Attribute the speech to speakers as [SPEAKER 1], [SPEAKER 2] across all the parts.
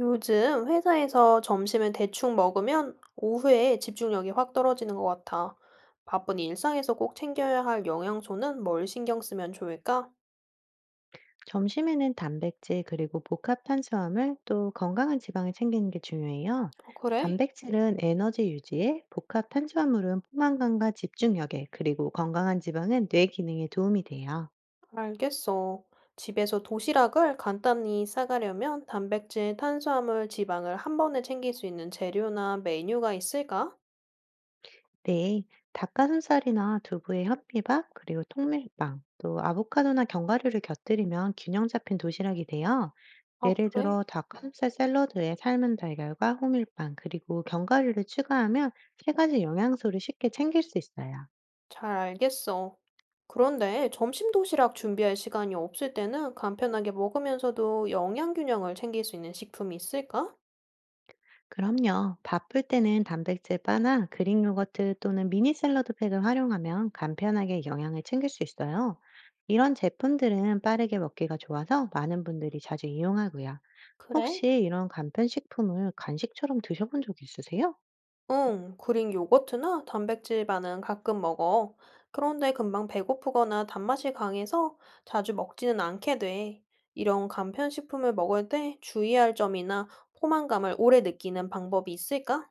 [SPEAKER 1] 요즘 회사에서 점심을 대충 먹으면 오후에 집중력이 확 떨어지는 것 같아. 바쁜 일상에서 꼭 챙겨야 할 영양소는 뭘 신경 쓰면 좋을까?
[SPEAKER 2] 점심에는 단백질 그리고 복합 탄수화물 또 건강한 지방을 챙기는 게 중요해요.
[SPEAKER 1] 어, 그래?
[SPEAKER 2] 단백질은 에너지 유지에, 복합 탄수화물은 포만감과 집중력에, 그리고 건강한 지방은 뇌 기능에 도움이 돼요.
[SPEAKER 1] 알겠어. 집에서 도시락을 간단히 싸가려면 단백질, 탄수화물, 지방을 한 번에 챙길 수 있는 재료나 메뉴가 있을까?
[SPEAKER 2] 네, 닭가슴살이나 두부에 현미밥, 그리고 통밀빵, 또 아보카도나 견과류를 곁들이면 균형 잡힌 도시락이 돼요.
[SPEAKER 1] 아,
[SPEAKER 2] 예를
[SPEAKER 1] 그래?
[SPEAKER 2] 들어 닭가슴살 샐러드에 삶은 달걀과 호밀빵, 그리고 견과류를 추가하면 세 가지 영양소를 쉽게 챙길 수 있어요.
[SPEAKER 1] 잘 알겠어. 그런데 점심 도시락 준비할 시간이 없을 때는 간편하게 먹으면서도 영양 균형을 챙길 수 있는 식품이 있을까?
[SPEAKER 2] 그럼요. 바쁠 때는 단백질 바나 그릭 요거트 또는 미니 샐러드 팩을 활용하면 간편하게 영양을 챙길 수 있어요. 이런 제품들은 빠르게 먹기가 좋아서 많은 분들이 자주 이용하고요.
[SPEAKER 1] 그래?
[SPEAKER 2] 혹시 이런 간편식품을 간식처럼 드셔본 적 있으세요?
[SPEAKER 1] 응, 그린 요거트나 단백질 반은 가끔 먹어. 그런데 금방 배고프거나 단맛이 강해서 자주 먹지는 않게 돼. 이런 간편식품을 먹을 때 주의할 점이나 포만감을 오래 느끼는 방법이 있을까?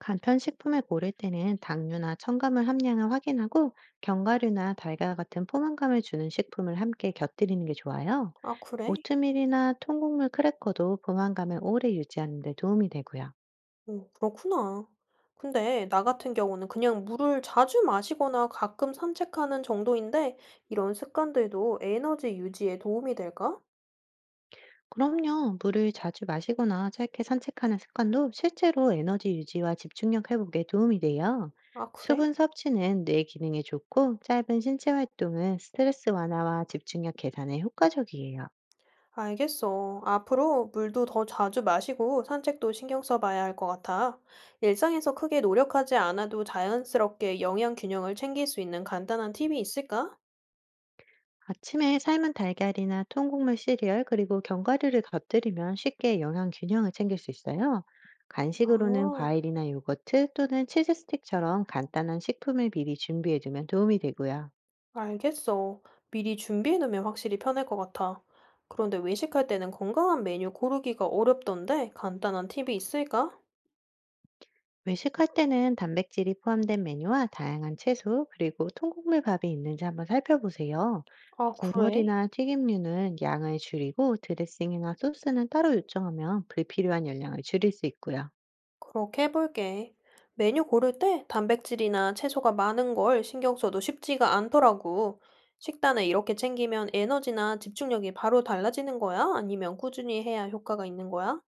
[SPEAKER 2] 간편식품을 고를 때는 당류나 첨가물 함량을 확인하고 견과류나 달걀 같은 포만감을 주는 식품을 함께 곁들이는 게 좋아요.
[SPEAKER 1] 아, 그래?
[SPEAKER 2] 오트밀이나 통곡물 크래커도 포만감을 오래 유지하는 데 도움이 되고요.
[SPEAKER 1] 오, 그렇구나. 근데 나 같은 경우는 그냥 물을 자주 마시거나 가끔 산책하는 정도인데 이런 습관들도 에너지 유지에 도움이 될까?
[SPEAKER 2] 그럼요. 물을 자주 마시거나 짧게 산책하는 습관도 실제로 에너지 유지와 집중력 회복에 도움이 돼요.
[SPEAKER 1] 아, 그래?
[SPEAKER 2] 수분 섭취는 뇌 기능에 좋고 짧은 신체 활동은 스트레스 완화와 집중력 개선에 효과적이에요.
[SPEAKER 1] 알겠어. 앞으로 물도 더 자주 마시고 산책도 신경 써봐야 할 것 같아. 일상에서 크게 노력하지 않아도 자연스럽게 영양 균형을 챙길 수 있는 간단한 팁이 있을까?
[SPEAKER 2] 아침에 삶은 달걀이나 통곡물 시리얼 그리고 견과류를 곁들이면 쉽게 영양 균형을 챙길 수 있어요.
[SPEAKER 1] 아,
[SPEAKER 2] 간식으로는 과일이나 요거트 또는 치즈 스틱처럼 간단한 식품을 미리 준비해 두면 도움이 되고요.
[SPEAKER 1] 알겠어. 미리 준비해 놓으면 확실히 편할 것 같아. 그런데 외식할 때는 건강한 메뉴 고르기가 어렵던데 간단한 팁이 있을까?
[SPEAKER 2] 외식할 때는 단백질이 포함된 메뉴와 다양한 채소, 그리고 통곡물 밥이 있는지 한번 살펴보세요.
[SPEAKER 1] 아, 그래?
[SPEAKER 2] 국물이나 튀김류는 양을 줄이고 드레싱이나 소스는 따로 요청하면 불필요한 열량을 줄일 수 있고요.
[SPEAKER 1] 그렇게 해볼게. 메뉴 고를 때 단백질이나 채소가 많은 걸 신경 써도 쉽지가 않더라고. 식단을 이렇게 챙기면 에너지나 집중력이 바로 달라지는 거야? 아니면 꾸준히 해야 효과가 있는 거야?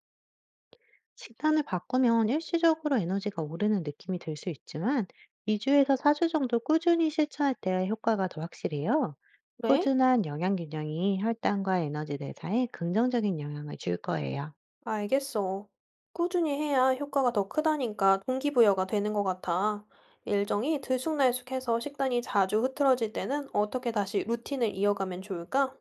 [SPEAKER 2] 식단을 바꾸면 일시적으로 에너지가 오르는 느낌이 들 수 있지만, 2주에서 4주 정도 꾸준히 실천할 때 효과가 더 확실해요.
[SPEAKER 1] 그래?
[SPEAKER 2] 꾸준한 영양 균형이 혈당과 에너지 대사에 긍정적인 영향을 줄 거예요.
[SPEAKER 1] 알겠어. 꾸준히 해야 효과가 더 크다니까 동기부여가 되는 것 같아. 일정이 들쑥날쑥해서 식단이 자주 흐트러질 때는 어떻게 다시 루틴을 이어가면 좋을까?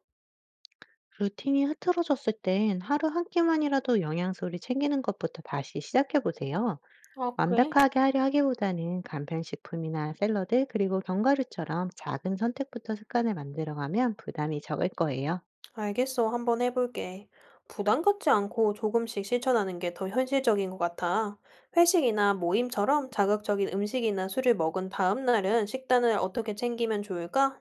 [SPEAKER 2] 루틴이 흐트러졌을 땐 하루 한 끼만이라도 영양소를 챙기는 것부터 다시 시작해 보세요.
[SPEAKER 1] 아, 그래?
[SPEAKER 2] 완벽하게 하려 하기보다는 간편식품이나 샐러드, 그리고 견과류처럼 작은 선택부터 습관을 만들어가면 부담이 적을 거예요.
[SPEAKER 1] 알겠어. 한번 해볼게. 부담 갖지 않고 조금씩 실천하는 게 더 현실적인 것 같아. 회식이나 모임처럼 자극적인 음식이나 술을 먹은 다음 날은 식단을 어떻게 챙기면 좋을까?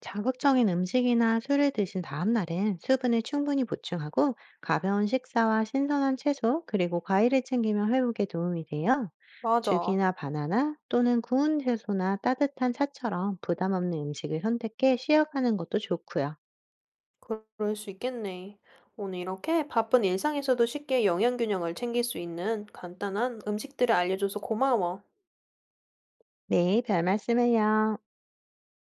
[SPEAKER 2] 자극적인 음식이나 술을 드신 다음 날엔 수분을 충분히 보충하고 가벼운 식사와 신선한 채소 그리고 과일을 챙기면 회복에 도움이 돼요.
[SPEAKER 1] 맞아.
[SPEAKER 2] 죽이나 바나나 또는 구운 채소나 따뜻한 차처럼 부담 없는 음식을 선택해 쉬어가는 것도 좋고요.
[SPEAKER 1] 그럴 수 있겠네. 오늘 이렇게 바쁜 일상에서도 쉽게 영양 균형을 챙길 수 있는 간단한 음식들을 알려줘서 고마워.
[SPEAKER 2] 네, 별 말씀을요.